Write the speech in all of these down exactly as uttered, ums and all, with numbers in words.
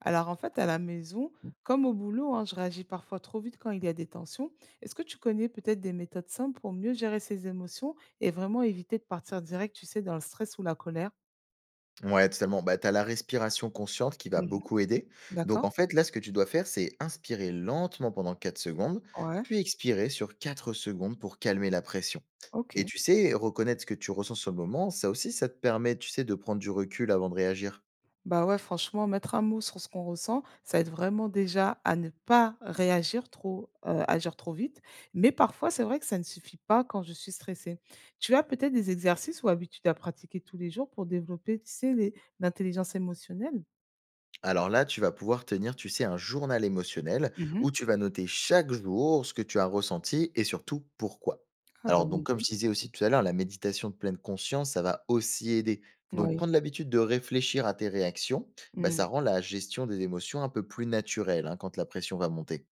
Alors en fait, à la maison, comme au boulot, hein, je réagis parfois trop vite quand il y a des tensions. Est-ce que tu connais peut-être des méthodes simples pour mieux gérer ses émotions et vraiment éviter de partir direct, tu sais, dans le stress ou la colère? Ouais, totalement. Bah, tu as la respiration consciente qui va Mhm. beaucoup aider. Donc, D'accord? en fait, là, ce que tu dois faire, c'est inspirer lentement pendant quatre secondes, Ouais, puis expirer sur quatre secondes pour calmer la pression. Et ok. tu sais, reconnaître ce que tu ressens sur le moment, ça aussi, ça te permet, tu sais, de prendre du recul avant de réagir. Bah ouais, franchement, mettre un mot sur ce qu'on ressent, ça aide vraiment déjà à ne pas réagir trop, euh, agir trop vite. Mais parfois, c'est vrai que ça ne suffit pas quand je suis stressée. Tu as peut-être des exercices ou habitudes à pratiquer tous les jours pour développer, tu sais, les- l'intelligence émotionnelle? Alors là, tu vas pouvoir tenir, tu sais, un journal émotionnel où tu vas noter chaque jour ce que tu as ressenti et surtout pourquoi. Ah Alors bonne donc, comme je idée, disais aussi tout à l'heure, la méditation de pleine conscience, ça va aussi aider. Donc oui. prendre l'habitude de réfléchir à tes réactions, bah, ça Mmh. rend la gestion des émotions un peu plus naturelle hein, quand la pression va monter.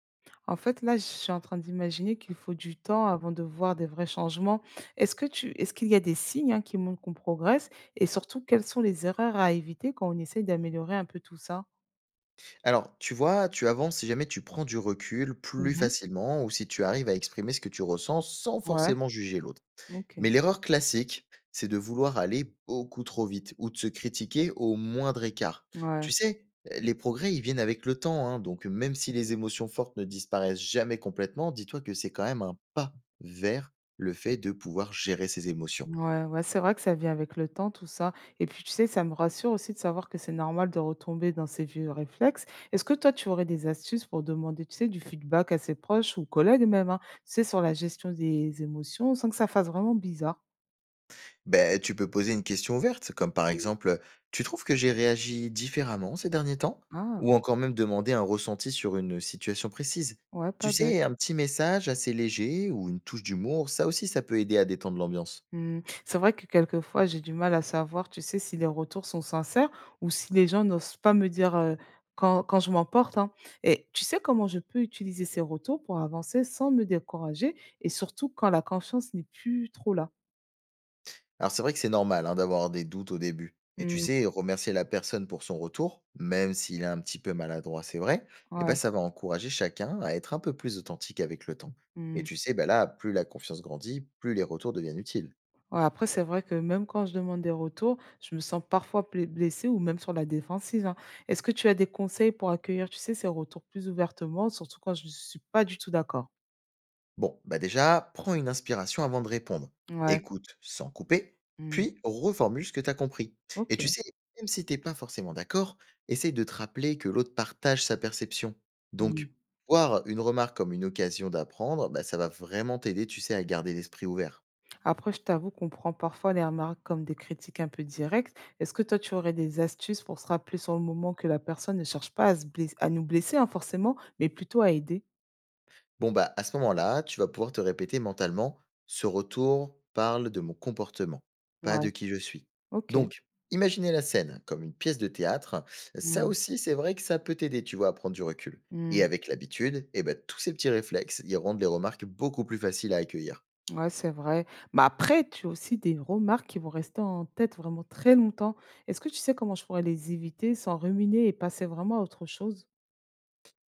En fait, là, je suis en train d'imaginer qu'il faut du temps avant de voir des vrais changements. Est-ce que tu Est-ce qu'il y a des signes, hein, qui montrent qu'on progresse? Et surtout, quelles sont les erreurs à éviter quand on essaye d'améliorer un peu tout ça? Alors tu vois, tu avances si jamais tu prends du recul plus Mmh. facilement ou si tu arrives à exprimer ce que tu ressens sans Ouais, forcément juger l'autre. OK. Mais l'erreur classique, c'est de vouloir aller beaucoup trop vite ou de se critiquer au moindre écart. Ouais. Tu sais, euh, les progrès, ils viennent avec le temps, hein, donc même si les émotions fortes ne disparaissent jamais complètement, dis-toi que c'est quand même un pas vers le fait de pouvoir gérer ses émotions. Ouais, ouais, c'est vrai que ça vient avec le temps, tout ça. Et puis, tu sais, ça me rassure aussi de savoir que c'est normal de retomber dans ces vieux réflexes. Est-ce que toi, tu aurais des astuces pour demander, tu sais, du feedback à ses proches ou collègues même, hein, tu sais, sur la gestion des émotions, sans que ça fasse vraiment bizarre? Ben, tu peux poser une question ouverte, comme par Mm. exemple, tu trouves que j'ai réagi différemment ces derniers temps? Ah, Ou encore même demander un ressenti sur une situation précise. ouais, Tu pas bête. sais, un petit message assez léger ou une touche d'humour, ça aussi, ça peut aider à détendre l'ambiance. Mmh. C'est vrai que quelquefois, j'ai du mal à savoir, tu sais, si les retours sont sincères ou si les gens n'osent pas me dire, heu, quand quand je m'emporte, hein. Et tu sais comment je peux utiliser ces retours pour avancer sans me décourager et surtout quand la confiance n'est plus trop là? Alors c'est vrai que c'est normal hein, d'avoir des doutes au début. Et tu Mmh, sais, remercier la personne pour son retour, même s'il est un petit peu maladroit, c'est vrai. Et ben ouais, ça va encourager chacun à être un peu plus authentique avec le temps. Et mmh. tu sais, ben là, plus la confiance grandit, plus les retours deviennent utiles. Ouais, après c'est vrai que même quand je demande des retours, je me sens parfois blé blessée ou même sur la défensive, hein. Est-ce que tu as des conseils pour accueillir, tu sais, ces retours plus ouvertement, surtout quand je ne suis pas du tout d'accord? Bon, bah déjà, prends une inspiration avant de répondre. Ouais, Écoute sans couper, mmh. puis reformule ce que tu as compris. Et tu OK. sais, même si t'es pas forcément d'accord, essaye de te rappeler que l'autre partage sa perception. Mmh. Donc, voir une remarque comme une occasion d'apprendre, bah, ça va vraiment t'aider, tu sais, à garder l'esprit ouvert. Après, je t'avoue qu'on prend parfois les remarques comme des critiques un peu directes. Est-ce que toi, tu aurais des astuces pour se rappeler sur le moment que la personne ne cherche pas à, se bless- à nous blesser, hein, forcément, mais plutôt à aider? Bon, bah, à ce moment-là, tu vas pouvoir te répéter mentalement, ce retour parle de mon comportement, pas Ouais, de qui je suis. ok. Donc, imaginer la scène hein, comme une pièce de théâtre, ça Mm, aussi, c'est vrai que ça peut t'aider, tu vois, à prendre du recul. Et mm. avec l'habitude, eh ben, tous ces petits réflexes, ils rendent les remarques beaucoup plus faciles à accueillir. Ouais, c'est vrai. Mais après, tu as aussi des remarques qui vont rester en tête vraiment très longtemps. Est-ce que tu sais comment je pourrais les éviter sans ruminer et passer vraiment à autre chose?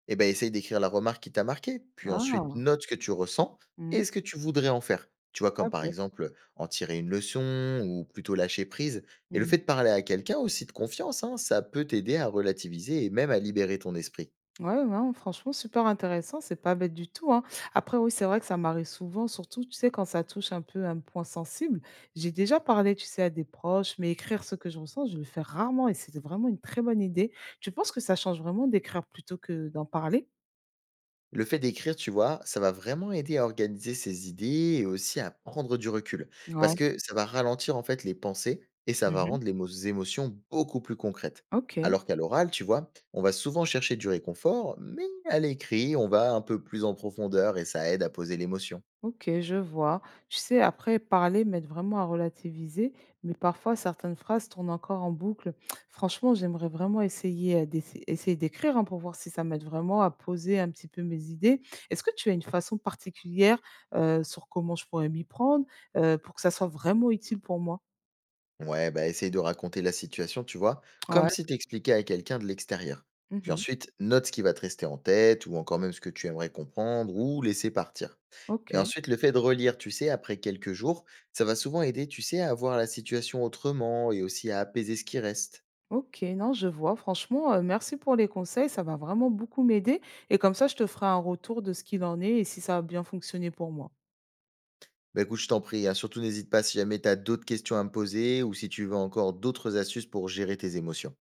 Eh ben, essaye d'écrire la remarque qui t'a marqué. Puis ensuite Ah, note ce que tu ressens mm, et ce que tu voudrais en faire. Tu vois, pas comme par bête. exemple en tirer une leçon ou plutôt lâcher prise. Et le fait de parler à quelqu'un aussi de confiance, hein, ça peut t'aider à relativiser et même à libérer ton esprit. Ouais, ouais, franchement, super intéressant, c'est pas bête du tout, hein. Après, oui, c'est vrai que ça m'arrive souvent, surtout, tu sais, quand ça touche un peu un point sensible. J'ai déjà parlé, tu sais, à des proches, mais écrire ce que je ressens, je le fais rarement et c'est vraiment une très bonne idée. Tu penses que ça change vraiment d'écrire plutôt que d'en parler? Le fait d'écrire, tu vois, ça va vraiment aider à organiser ses idées et aussi à prendre du recul. Ouais. Parce que ça va ralentir en fait les pensées et ça va Mhm. rendre les mo- émotions beaucoup plus concrètes. Ok. Alors qu'à l'oral, tu vois, on va souvent chercher du réconfort, mais à l'écrit, on va un peu plus en profondeur et ça aide à poser l'émotion. OK, je vois. Tu sais, après, parler m'aide vraiment à relativiser, mais parfois, certaines phrases tournent encore en boucle. Franchement, j'aimerais vraiment essayer euh, d'essa- essayer d'écrire hein, pour voir si ça m'aide vraiment à poser un petit peu mes idées. Est-ce que tu as une façon particulière euh, sur comment je pourrais m'y prendre euh, pour que ça soit vraiment utile pour moi? Ouais, bah essaye de raconter la situation, tu vois, comme Ouais. si t'expliquais à quelqu'un de l'extérieur. Puis Mhm. ensuite, note ce qui va te rester en tête, ou encore même ce que tu aimerais comprendre, ou laisser partir. Et OK. ensuite, le fait de relire, tu sais, après quelques jours, ça va souvent aider, tu sais, à voir la situation autrement et aussi à apaiser ce qui reste. Ok, non, je vois. Franchement, euh, merci pour les conseils. Ça va vraiment beaucoup m'aider. Et comme ça, je te ferai un retour de ce qu'il en est et si ça a bien fonctionné pour moi. Bah écoute, je t'en prie, hein, surtout n'hésite pas si jamais t'as d'autres questions à me poser ou si tu veux encore d'autres astuces pour gérer tes émotions.